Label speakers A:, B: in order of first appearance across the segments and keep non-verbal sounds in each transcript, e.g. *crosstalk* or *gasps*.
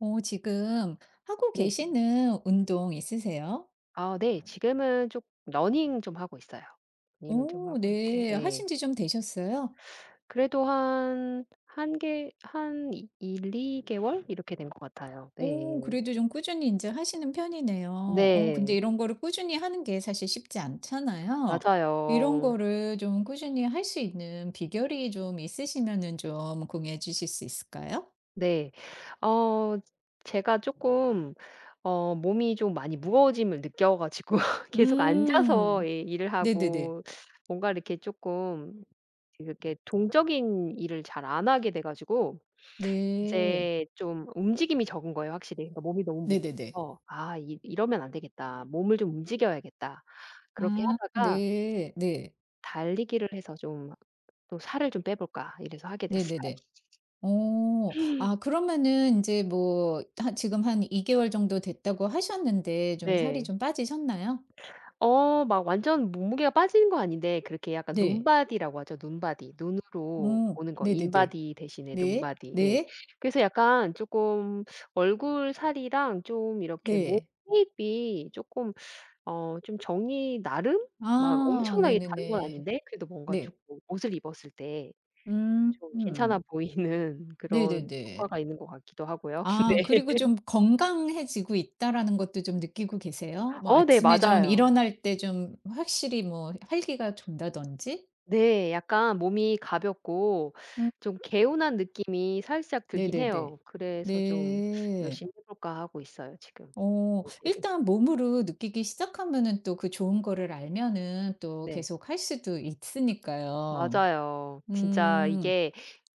A: 지금 하고
B: 네.
A: 계시는 운동 있으세요?
B: 아 네. 지금은 좀 러닝 좀 하고 있어요. 러닝을 좀
A: 오,
B: 하고 있고
A: 네.
B: 예.
A: 하신 지 좀 되셨어요?
B: 그래도 한 1 개한일2 개월 이렇게 된 것 같아요.
A: 오,
B: 네.
A: 그래도 좀 꾸준히 이제 하시는 편이네요. 근데
B: 네.
A: 이런 거를 꾸준히 하는 게 사실 쉽지 않잖아요. 이런
B: 맞아요.
A: 거를 좀 꾸준히 할 수 있는 비결이 좀 있으시면은 좀 공유해 주실 수 있을까요?
B: 네. 어 제가 쪼끔 몸이 좀 많이 무거워짐을 느껴 가지고 *laughs* 계속 앉아서
A: 음.
B: 예 일을
A: 네네네.
B: 하고 뭔가 이렇게 쪼끔 이렇게 동적인 일을 잘 안 하게 돼 가지고
A: 네.
B: 이제 좀 움직임이 적은 거예요 확실히. 그러니까 몸이 너무
A: 네네네.
B: 무거워서 '아 이 이러면 안 되겠다. 몸을 좀 움직여야겠다.' 그렇게
A: 아
B: 하다가
A: 네. 네.
B: '달리기를 해서 좀 또 살을 좀 빼볼까.' 이래서 하게 됐어요.
A: 네네네.
B: *laughs*
A: 어. 아 그러면은 이제 뭐 지금 한 2개월 개월 정도 됐다고 하셨는데 좀 살이
B: 네.
A: 좀 빠지셨나요?
B: 막 완전 몸무게가 빠지는 건 아닌데 그렇게 약간
A: 네.
B: 눈바디라고 하죠. 눈바디. 눈으로
A: 어.
B: 보는 거.
A: 네네네.
B: 인바디 대신에
A: 네.
B: 눈바디. 예.
A: 네.
B: 그래서 약간 쪼끔 얼굴 살이랑 좀 이렇게 몸
A: 네.
B: 쉐입이 쪼끔 좀 정이 나름 막
A: 아
B: 엄청나게 다른 건
A: 네네네.
B: 아닌데 그래도 뭔가
A: 네.
B: 쪼끔 옷을 입었을 때
A: 음.
B: 좀 괜찮아
A: 음.
B: 보이는 *laughs* 그런
A: 네네네.
B: 효과가 있는 것 같기도 하고요. *laughs*
A: 아
B: 네.
A: 그리고 좀 '건강해지고 있다.'라는 것도 좀 느끼고 계세요? 뭐
B: 네
A: 아침에 좀
B: 맞아요.
A: 일어날 때 좀 확실히 뭐 활기가 돈다든지?
B: 네. 약간 몸이 가볍고
A: 음.
B: 좀 개운한 느낌이 살짝 들긴
A: 네네네.
B: 해요. 그래서 좀
A: 네.
B: '열심히 해 볼까.' 하고 있어요 지금.
A: 일단 몸으로 느끼기 시작하면은 또 그 좋은 거를 알면은 또
B: 네.
A: 계속 할 수도 있으니까요.
B: 맞아요. 진짜
A: 음.
B: 이게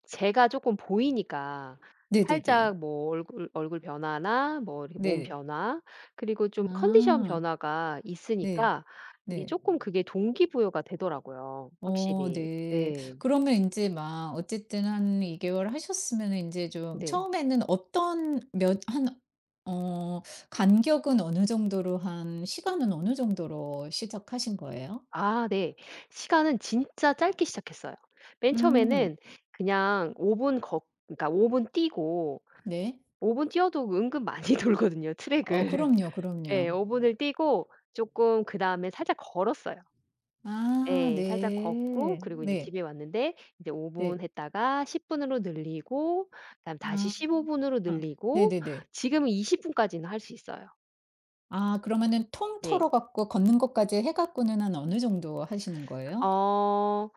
B: 제가 조금 보이니까
A: 네네네.
B: 살짝 뭐 얼굴 변화나 뭐 이렇게 몸
A: 네.
B: 변화 그리고 좀 컨디션
A: 아.
B: 변화가
A: 네.
B: 있으니까 이게
A: 네.
B: 조금 그게 동기부여가 되더라고요
A: 어,
B: 확실히.
A: 네.
B: 네.
A: 그러면 인제 막 어쨌든 한 2개월 개월 하셨으면은 인제 좀
B: 네.
A: 처음에는 어떤 몇 한 어 간격은 어느 정도로, 한 시간은 어느 정도로 시작하신 거예요?
B: 아 네. 시간은 진짜 짧게 시작했어요. 맨
A: 음.
B: 처음에는 그냥 5분 걷 그러니까 5분 뛰고
A: 네.
B: 5분 뛰어도 은근 많이 *laughs* 돌거든요
A: 어
B: 트랙을.
A: 그럼요,
B: 네,
A: 그럼요.
B: 오븐을 뛰고 조금 그다음에 살짝 걸었어요.
A: 아
B: 예. 살짝 걷고
A: 네.
B: 그리고 인제
A: 네.
B: 집에 왔는데 이제5분
A: 네.
B: 했다가 10 분으로 늘리고 그다음 다시
A: 아.
B: 15 분으로
A: 아.
B: 늘리고
A: 네네네.
B: 지금은 20 분까지는 할 수 있어요.
A: 아 그러면은 통 털어
B: 네.
A: 갖고 걷는 것까지 해 갖고는 한 어느 정도 하시는 거예요?
B: 어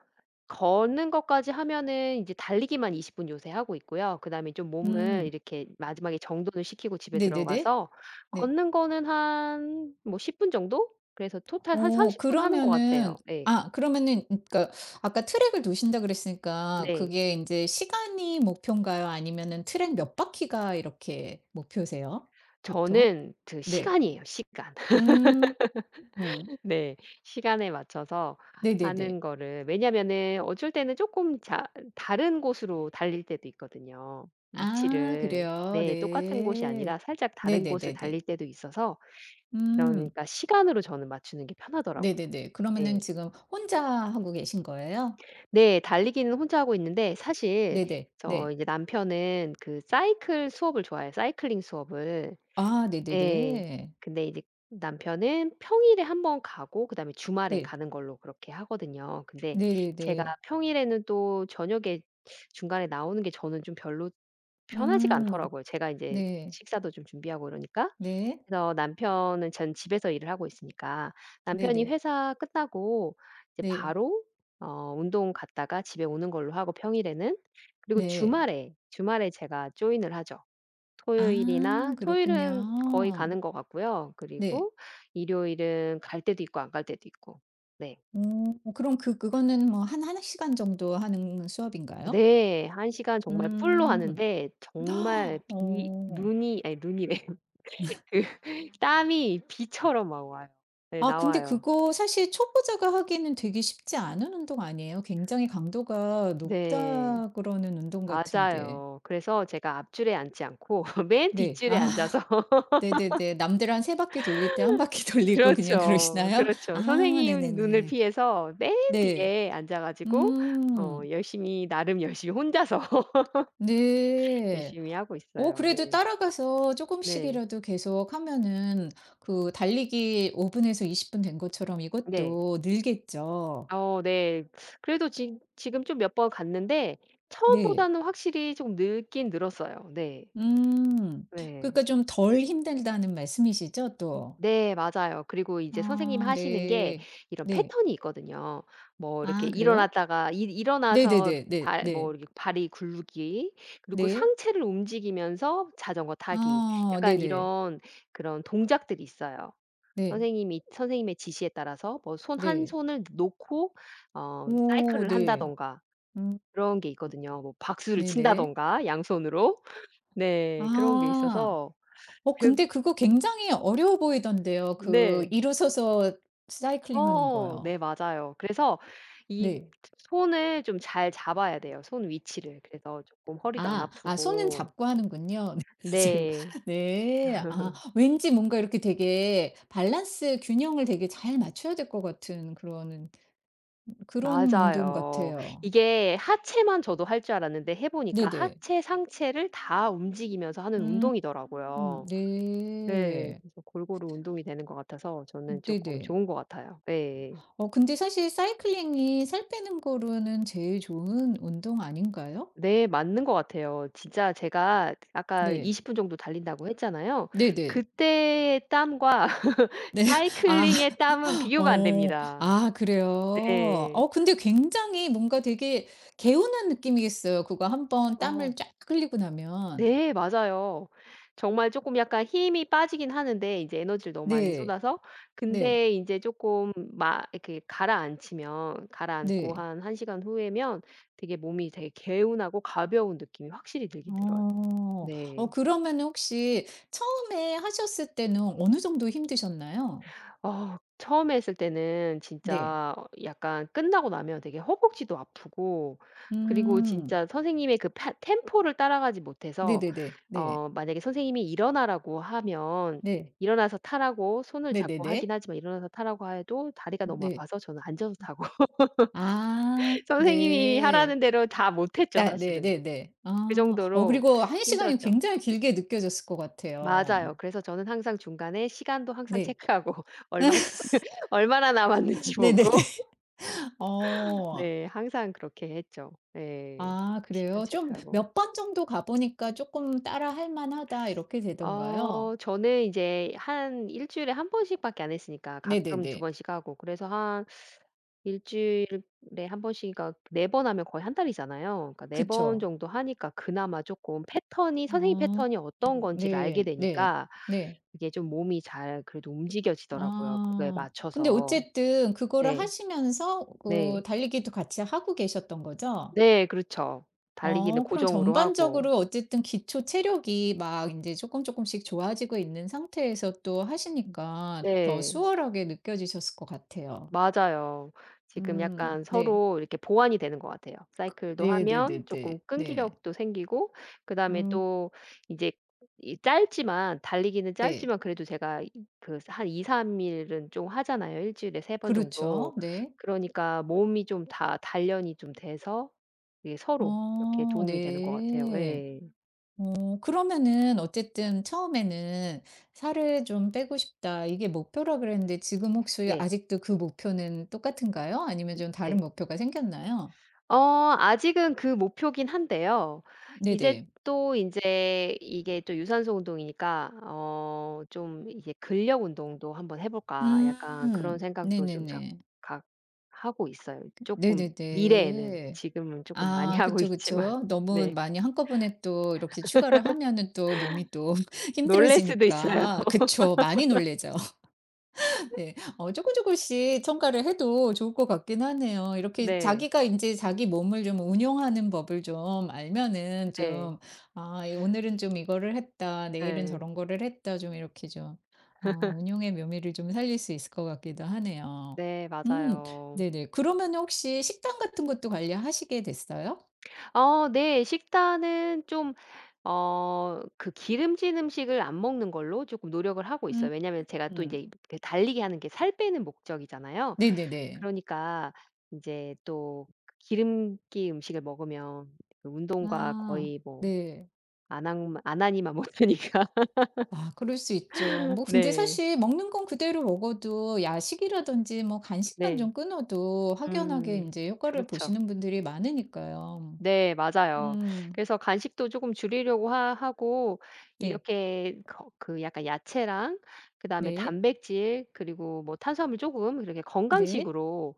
B: 걷는 것까지 하면은 이제 달리기만 20분 요새 하고 있고요. 그다음에 좀 몸을
A: 음.
B: 이렇게 마지막에 정돈을 시키고 집에
A: 네네네.
B: 들어가서
A: 네.
B: 걷는 거는 한 뭐 10분 정도? 그래서 토탈 한
A: 어
B: 30분 하는 것 같아요.
A: 그러면은
B: 예.
A: 아 그러면은 그러니까 아까 트랙을 도신다 그랬으니까
B: 네.
A: 그게 인제 시간이 목표인가요? 아니면은 트랙 몇 바퀴가 이렇게 목표세요? 보통?
B: 저는 그
A: 네.
B: 시간이에요, 시간. *laughs*
A: 음. 음.
B: 네. 시간에 맞춰서 하는
A: 네네네.
B: 거를 왜냐면은 어쩔 때는 조금 자 다른 곳으로 달릴 때도 있거든요.
A: 아
B: 위치를
A: 그래요?
B: 네. 똑같은 곳이 아니라
A: 네.
B: 살짝 다른 곳을
A: 네네네네.
B: 달릴 때도 있어서
A: 음.
B: 그러니까 시간으로 저는 맞추는 게 편하더라고요.
A: 네네네. 그러면은
B: 네,
A: 지금 혼자 하고 계신 거예요?
B: 네. 달리기는 혼자 하고 있는데 사실
A: 네네.
B: 저
A: 네.
B: 이제 남편은 그 사이클 수업을 좋아해요, 사이클링 수업을.
A: 아
B: 예.
A: 네네네.
B: 근데 이제 남편은 평일에 한번 가고 그다음에 주말에
A: 네.
B: 가는 걸로 그렇게 하거든요. 근데
A: 네네네.
B: 제가 평일에는 또 저녁에 중간에 나오는 게 저는 좀 별로 편하지가
A: 음.
B: 않더라고요. 제가 인제
A: 네.
B: 식사도 좀 준비하고 이러니까.
A: 네.
B: 그래서 남편은 전 집에서 일을 하고 있으니까 남편이
A: 네네.
B: 회사 끝나고 이제
A: 네.
B: 바로 운동 갔다가 집에 오는 걸로 하고 평일에는. 그리고
A: 네.
B: 주말에 제가 조인을 하죠.
A: 아
B: 토요일이나 토요일은 거의
A: 그렇군요.
B: 가는 것 같고요.
A: 네.
B: 그리고 일요일은 갈 때도 있고 안 갈 때도 있고. 네.
A: 오, 그럼 그 그거는 뭐 한 한 시간 정도 하는 수업인가요?
B: 네. 한 시간 정말 풀로
A: 음.
B: 하는데
A: *gasps*
B: 정말 비
A: 어.
B: 눈이 아니 눈이래요. *laughs* 그 땀이 비처럼 막 와요. 네
A: 아 근데
B: 나와요.
A: 그거 사실 초보자가 하기에는 되게 쉽지 않은 운동 아니에요? 굉장히 강도가
B: 네.
A: 높다 그러는 운동 같은데.
B: 맞아요. 그래서 제가 앞줄에 앉지 않고 *laughs* 맨
A: 네.
B: 뒷줄에
A: 아
B: 앉아서
A: *laughs* 네네네. 남들 한 세 바퀴 돌릴 때 한 바퀴 *laughs*
B: *laughs*
A: 돌리고 그냥
B: 그렇죠.
A: 그러시나요?
B: 그렇죠.
A: 아
B: 선생님 눈을
A: 네네네.
B: 피해서 맨
A: 네.
B: 뒤에 앉아 가지고
A: 음.
B: 열심히 나름 열심히 혼자서
A: 네.
B: 열심히 하고 있어요.
A: 그래도
B: 네.
A: 따라가서 조금씩이
B: 네.
A: 라도 계속 하면은 그 달리기 5분 분에서 20분 된 것처럼
B: 네.
A: 이것도 늘겠죠.
B: 네. 그래도 지 지금 좀 몇 번 갔는데
A: 네.
B: 처음보다는 확실히 좀 늘긴 늘었어요. 네.
A: 음.
B: 네.
A: 그러니까 좀 덜 힘들다는 말씀이시죠 또?
B: 네 맞아요. 그리고 이제 선생님
A: 어
B: 하시는 게
A: 네.
B: 이런
A: 네.
B: 패턴이 있거든요. 뭐 이렇게
A: 아 그래요?
B: 일어났다가 일 일어나서
A: 네네네. 네.
B: 발 뭐
A: 네.
B: 이렇게 발이 굴르기 그리고
A: 네.
B: 상체를 움직이면서 자전거 타기
A: 아
B: 약간
A: 네네.
B: 이런 그런 동작들이 있어요.
A: 네.
B: 선생님이 선생님의 지시에 따라서 뭐 손 한
A: 네.
B: 손을 놓고
A: 오
B: 사이클을
A: 네.
B: 한다든가
A: 음
B: 그런 게 있거든요. 뭐 박수를
A: 네네.
B: 친다든가 양손으로. 네. 그런 게
A: 아.
B: 있어서 그
A: 근데 그거 굉장히 어려워 보이던데요. 그
B: 네.
A: 일어서서 사이클링 하는 거요.
B: 네 맞아요. 그래서 이
A: 네.
B: 손을 좀 잘 잡아야 돼요, 손 위치를. 그래서 쪼끔 허리도 안
A: 아. 아 손은
B: 아프고
A: 잡고 하는군요. *laughs* 지금
B: 네.
A: 네. 아 왠지 뭔가 이렇게 되게 밸런스 균형을 되게 잘 맞춰야 될 것 같은 그런 그런 운동
B: 맞아요.
A: 같아요.
B: 이게 하체만 저도 할 줄 알았는데 해 보니까
A: 네네.
B: 하체, 상체를 다 움직이면서 하는
A: 음.
B: 운동이더라고요. 네.
A: 네.
B: 그래서 골고루 운동이 되는 것 같아서 저는 쪼끔
A: 네네.
B: 좋은 것 같아요. 예.
A: 근데 사실 사이클링이 살 빼는 거로는 제일 좋은 운동 아닌가요?
B: 네 맞는 것 같아요. 진짜 제가 아까
A: 네.
B: 20분 정도 달린다고 했잖아요.
A: 네네.
B: 그때의 땀과 *laughs*
A: 아.
B: 사이클링의 땀은
A: *laughs*
B: 비교가 안
A: 어.
B: 됩니다.
A: 아 그래요?
B: 네.
A: 근데 굉장히 뭔가 되게 개운한 느낌이겠어요. 그거 한번 땀을
B: 어.
A: 쫙 흘리고 나면.
B: 네 맞아요. 정말 조금 약간 힘이 빠지긴 하는데 이제 에너지를 너무 많이
A: 네.
B: 쏟아서
A: 네.
B: 근데 인제 쪼끔 막 이렇게 가라앉히면 가라앉고
A: 네.
B: 한 1 시간 후에면 되게 몸이 되게 개운하고 가벼운 느낌이 확실히 들긴 들어요.
A: 어.
B: 네.
A: 그러면 혹시 처음에 하셨을 때는 어느 정도 힘드셨나요?
B: 처음에 했을 때는
A: 네.
B: 진짜 약간 끝나고 나면 되게 허벅지도 아프고 그리고
A: 음.
B: 진짜 선생님의 그 파 템포를 따라가지 못해서
A: 네네네. 네.
B: 만약에 선생님이 일어나라고 하면
A: 네.
B: 일어나서 타라고 손을 잡고 하긴
A: 네네네.
B: 하지만 일어나서 타라고 해도 다리가 너무
A: 네.
B: 아파서 저는 앉아서 타고
A: 아.
B: *laughs* 선생님이
A: 네.
B: 하라는 대로 다 못했죠
A: 나
B: 사실은.
A: 네네네.
B: 그
A: 아. 어
B: 정도로
A: 그리고 1시간 시간이
B: 힘들었죠.
A: 굉장히 길게 느껴졌을 것
B: 맞아요.
A: 같아요.
B: 그래서 저는 항상 중간에 시간도 항상
A: 네.
B: 체크하고 *laughs* 얼마 *laughs* 얼마나 남았는지
A: 네네네.
B: 보고
A: *laughs* 어.
B: 네. 항상 그렇게 했죠. 네,
A: 아
B: 시간
A: 그래요? 좀
B: 체크하고.
A: 몇 번 정도 가 보니까 조금 '따라 할 만하다.' 이렇게 되던가요?
B: 저는 이제 한 일 주일에 한 번씩 밖에 안 했으니까 가끔 두
A: 네네네.
B: 번씩 하고 그래서 한 일 주일에 한 번씩 그러니까 네 번 하면 거의 한 달이잖아요. 그러니까 네 번
A: 그쵸.
B: 정도 하니까 그나마 조금 패턴이 선생님
A: 음.
B: 패턴이 어떤 건지를 알게
A: 네. 네.
B: 되니까
A: 네.
B: 이게 좀 몸이 잘 그래도 움직여지더라고요, 그거에
A: 아. 근데
B: 맞춰서.
A: 어쨌든 그거를
B: 네.
A: 하시면서 그
B: 네.
A: 달리기도 같이 하고 계셨던 거죠?
B: 네. 그렇죠. 달리기는
A: 그럼
B: 고정으로 하고.
A: 전반적으로 어쨌든 기초 체력이 막 이제 조금 조금씩 좋아지고 있는 상태에서 또
B: 음.
A: 하시니까 더
B: 네.
A: 수월하게 느껴지셨을 것 같아요.
B: 맞아요. 지금 약간
A: 네.
B: 서로 이렇게 보완이 되는 것 같아요. 사이클도 하면
A: 네네네네.
B: 조금
A: 네.
B: 끈기력도 생기고 그다음에
A: 음
B: 또 이제 이 짧지만 달리기는
A: 네.
B: 짧지만 그래도 제가 그한 2-3 일은 좀 하잖아요, 일 주일에 3번 정도.
A: 그렇죠. 네.
B: 그러니까 몸이 좀 다 단련이 좀 돼서 이게 서로 이렇게
A: 어
B: 도움이 되는 것 같아요.
A: 네.
B: 예.
A: 그러면은 어쨌든 처음에는 '살을 좀 빼고 싶다.' 이게 목표라 그랬는데 지금 혹시
B: 네.
A: 아직도 그 목표는 똑같은가요? 아니면 좀 다른
B: 네.
A: 목표가 생겼나요?
B: 아직은 그 목표긴 한데요. 이제
A: 네네.
B: 또 이제 이게 또 유산소 운동이니까 좀 이게 '근력 운동도 한번 해 볼까.' 약간 그런
A: 음.
B: 생각도 좀
A: 네네네.
B: 각각 하고 있어요. 조금 미래에는.
A: 네네네.
B: 지금은 조금 많이 *laughs*
A: 아
B: 하고
A: 그쵸,
B: 있지만.
A: 그쵸. 너무
B: 네.
A: 많이 한꺼번에 또 이렇게 추가를 하면은 또 몸이 또 *laughs*
B: 놀랄 수도 있어요.
A: 힘들어지니까.
B: *laughs*
A: 그쵸. 많이 놀라죠. 네. 조금 조금씩 첨가를 해도 좋을 것 같긴 하네요. 이렇게
B: 네.
A: 자기가 이제 자기 몸을 좀 운용하는 법을 좀 알면은
B: 네.
A: 좀 '아 이 오늘은 좀 이거를 했다. 내일은
B: 네
A: 저런 거를 했다.' 좀 이렇게 좀 어 운용의 묘미를 좀 살릴 수 있을 것 같기도 하네요.
B: 네
A: 음
B: 맞아요.
A: 네네. 그러면 혹시 식단 같은 것도 관리하시게 됐어요?
B: 네. 식단은 좀 그 기름진 음식을 안 먹는 걸로 조금 노력을 하고
A: 음.
B: 있어요. 왜냐하면 제가 또
A: 음.
B: 이제 그 달리기 하는 게 살 빼는 목적이잖아요.
A: 네네네.
B: 그러니까 이제 또 기름기 음식을 먹으면 그 운동과
A: 아.
B: 거의 뭐
A: 네.
B: 안함 안 하니만 못하니까.
A: 아 그럴 수 있죠.
B: *laughs*
A: 뭐 근데
B: 네.
A: 사실 먹는 건 그대로 먹어도 야식이라든지 뭐 간식만
B: 네.
A: 좀 끊어도 확연하게
B: 음.
A: 이제 효과를
B: 그렇죠.
A: 보시는 분들이 많으니까요.
B: 네 맞아요.
A: 음.
B: 그래서 간식도 조금 줄이려고 하 하고
A: 네.
B: 이렇게 거 그 약간 야채랑 그다음에
A: 네.
B: 단백질 그리고 뭐 탄수화물 조금 이렇게
A: 네.
B: 건강식으로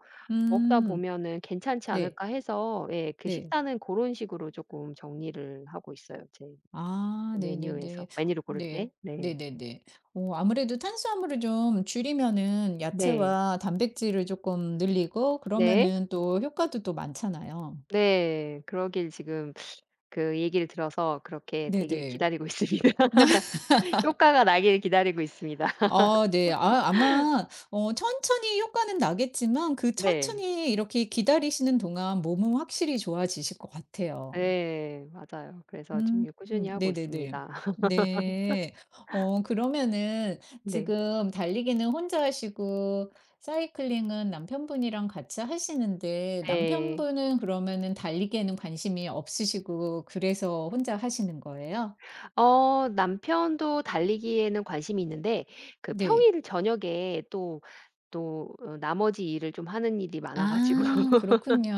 B: 먹다
A: 음.
B: 보면은 '괜찮지
A: 네.
B: 않을까.' 해서 예 그
A: 네.
B: 식단은 그런 식으로 조금 정리를 하고 있어요. 제
A: 아 네네네.
B: 메뉴에서 메뉴를 고를 때.
A: 네.
B: 네.
A: 네네네. 어 아무래도 탄수화물을 좀 줄이면은
B: 네.
A: 야채와 단백질을 조금 늘리고
B: 네.
A: 그러면은 또 효과도 또 많잖아요.
B: 네. 그러길 지금 그 얘기를 들어서 그렇게 되길
A: 네네.
B: 기다리고 있습니다. *laughs* 효과가 나길 기다리고 있습니다. *laughs*
A: 아 네. 아 아마 천천히 효과는 나겠지만 그
B: 네.
A: 천천히 이렇게 기다리시는 동안 몸은 확실히 좋아지실 것 같아요.
B: 네, 맞아요. 그래서
A: 음.
B: 지금 꾸준히 하고
A: 네네네.
B: 있습니다. *laughs*
A: 네. 그러면은
B: 네.
A: 지금 달리기는 혼자 하시고 사이클링은 남편분이랑 같이 하시는데
B: 네.
A: 남편분은 그러면은 달리기에는 관심이 없으시고 그래서 혼자 하시는 거예요?
B: 남편도 달리기에는 관심이 있는데 그
A: 네.
B: 평일 저녁에 또 나머지 일을 좀 하는 일이 많아 가지고
A: 아
B: *laughs*
A: 그렇군요.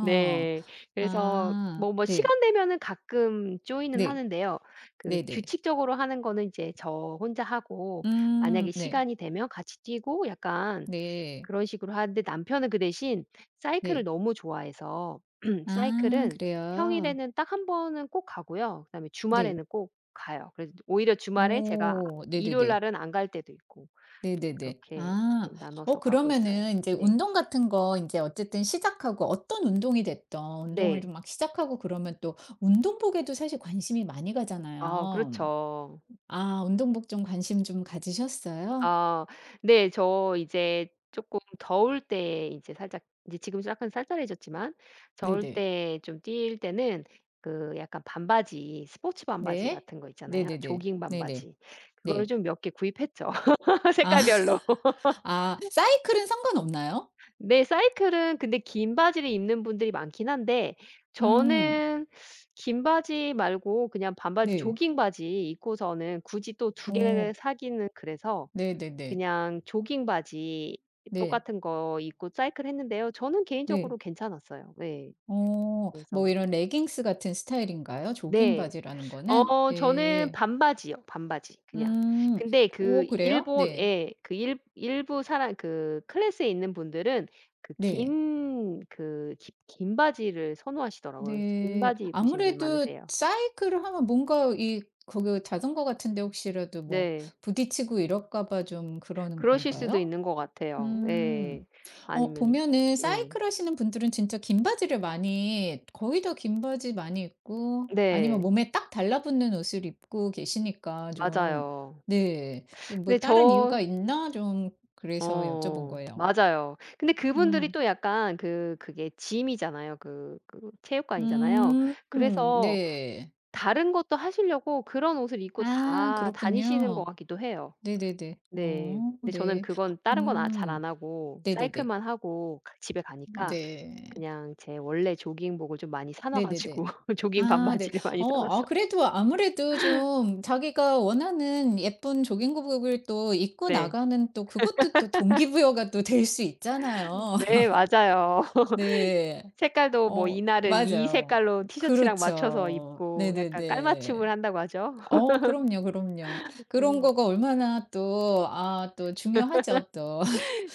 B: 네. 그래서
A: 아
B: 뭐
A: 네.
B: 시간 되면은 가끔 조인은
A: 네.
B: 하는데요. 그
A: 네네.
B: 규칙적으로 하는 거는 이제 저 혼자 하고 만약에
A: 네.
B: 시간이 되면 같이 뛰고 약간
A: 네.
B: 그런 식으로 하는데 남편은 그 대신 사이클을
A: 네.
B: 너무 좋아해서 *clears throat*
A: 아
B: 사이클은
A: 그래요?
B: 평일에는 딱 한 번은 꼭 가고요. 그다음에
A: 네.
B: 주말에는 꼭 가요. 그래서 오히려 주말에 제가
A: 오
B: 일요일
A: 네네네.
B: 날은 안 갈 때도 있고
A: 네네네.
B: 그렇게
A: 아
B: 좀 나눠서 가고 있어요.
A: 그러면은 이제
B: 네.
A: 운동 같은 거 이제 어쨌든 시작하고 어떤 운동이 됐던 운동을
B: 네.
A: 좀 막 시작하고 그러면 또 운동복에도 사실 관심이 많이
B: 아
A: 가잖아요.
B: 그렇죠.
A: 아 운동복 좀 관심 좀 가지셨어요?
B: 아 네. 저 이제 쪼끔 더울 때 이제 살짝 이제 지금 약간 쌀쌀해졌지만 더울
A: 네네.
B: 때 좀 뛸 때는 그 약간 반바지 스포츠 반바지
A: 네.
B: 같은 거 있잖아요.
A: 네네네.
B: 조깅
A: 네네.
B: 반바지. 그거를
A: 네.
B: 좀 몇 개 구입했죠 *laughs*
A: 아
B: 색깔별로.
A: *laughs* 아 사이클은 상관없나요?
B: 네. 사이클은 근데 긴 바지를 입는 분들이 많긴 한데
A: 음.
B: 저는 긴 바지 말고 그냥 반바지
A: 네.
B: 조깅 바지 입고서는 굳이 또 두 개
A: 오
B: 사기는 그래서
A: 네네네.
B: 그냥 조깅 바지
A: 네.
B: 똑같은 거 입고 사이클 했는데요. 저는 개인적으로
A: 네.
B: 괜찮았어요. 네.
A: 어.
B: 그래서
A: 뭐 이런 레깅스 같은 스타일인가요? 조깅
B: 네.
A: 바지라는 거는?
B: 저는
A: 네.
B: 반바지요. 반바지 그냥.
A: 음.
B: 근데 그
A: 오 그래요?
B: 일본
A: 네.
B: 예 그 일 일부 사람 그 클래스에 있는 분들은 그
A: 네.
B: 긴 그 기 긴 바지를 선호하시더라고요. 그래서 긴
A: 네.
B: 바지 입으신 분
A: 아무래도
B: 많으세요.
A: 사이클을 하면 뭔가 이 거기 자전거 같은 데 혹시라도 뭐
B: 네.
A: 부딪히고 이럴까 봐 좀 그러는
B: 그러실 수도
A: 건가요?
B: 있는 것 같아요. 예.
A: 음.
B: 아니면
A: 보면은
B: 네.
A: 사이클 하시는 분들은 진짜 긴 바지를 많이, 거의 다 긴 바지 많이 입고, 아니면
B: 네.
A: 몸에 딱 달라붙는 옷을 입고 계시니까 좀
B: 맞아요.
A: 네. 뭐
B: 근데
A: 다른 이유가 있나 좀 그래서 여쭤본 거예요.
B: 맞아요. 근데 그분들이
A: 음.
B: 또 약간 그게 짐이잖아요. 그 체육관이잖아요.
A: 음.
B: 그래서
A: 네.
B: 다른 것도 하시려고 그런 옷을 입고
A: 아
B: 다 다니시는 것
A: 그렇군요.
B: 같기도 해요.
A: 네네네.
B: 네.
A: 어
B: 근데 저는
A: 네.
B: 그건 다른 건 아 잘
A: 음.
B: 안 하고
A: 네네네.
B: 사이클만 하고 가 집에 가니까
A: 네.
B: 그냥 제 원래 조깅복을 좀 많이 사놔 가지고
A: 네네네.
B: *laughs* 조깅
A: 아 네.
B: 반바지를 많이 사
A: 아
B: 놨어요.
A: 그래도 아무래도 좀 자기가 원하는 예쁜 조깅복을 또 입고
B: 네.
A: 나가는, 또 그것도 또 동기부여가 또 될 수 있잖아요.
B: 네
A: *laughs*
B: 맞아요. *laughs*
A: 네.
B: 색깔도 뭐
A: 어
B: 이날은 이
A: 맞아요.
B: 색깔로 티셔츠랑 맞춰서
A: 그렇죠.
B: 입고 약간 깔맞춤을
A: 네네네.
B: 한다고 하죠.
A: 어 그럼요, 그럼요. 그런
B: 네.
A: 거가 얼마나 또 아 또 중요하죠 또.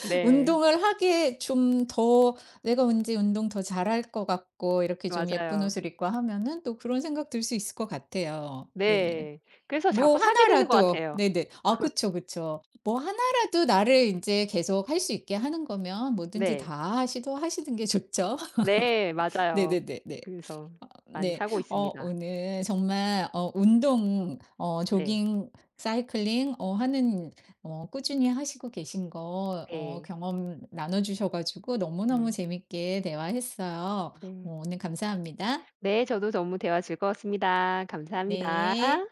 B: 네.
A: 운동을 하기 좀 더 내가 언제 운동 더 잘할 것 같고, 이렇게 좀 예쁜
B: 맞아요.
A: 옷을 입고 하면은 또 그런 생각 들 수 있을 것 같아요. 네.
B: 네. 그래서
A: 뭐
B: 자꾸 사게 되는 것
A: 하나라도
B: 같아요.
A: 네네. 아 그쵸, 그쵸. 뭐 하나라도 나를 인제 계속 할 수 있게 하는 거면 뭐든지
B: 네.
A: 다 시도하시는 게 좋죠.
B: 네.
A: *laughs*
B: 맞아요.
A: 네네네네.
B: 그래서
A: 아
B: 많이
A: 네.
B: 사고
A: 어
B: 있습니다.
A: 오늘 정말 운동,
B: 네.
A: 조깅, 사이클링 하는 꾸준히 하시고 계신 거,
B: 네.
A: 경험 나눠 주셔 가지고 너무너무
B: 음.
A: 재밌게 대화했어요.
B: 네.
A: 어 오늘 감사합니다.
B: 네. 저도 너무 대화 즐거웠습니다. 감사합니다.
A: 네.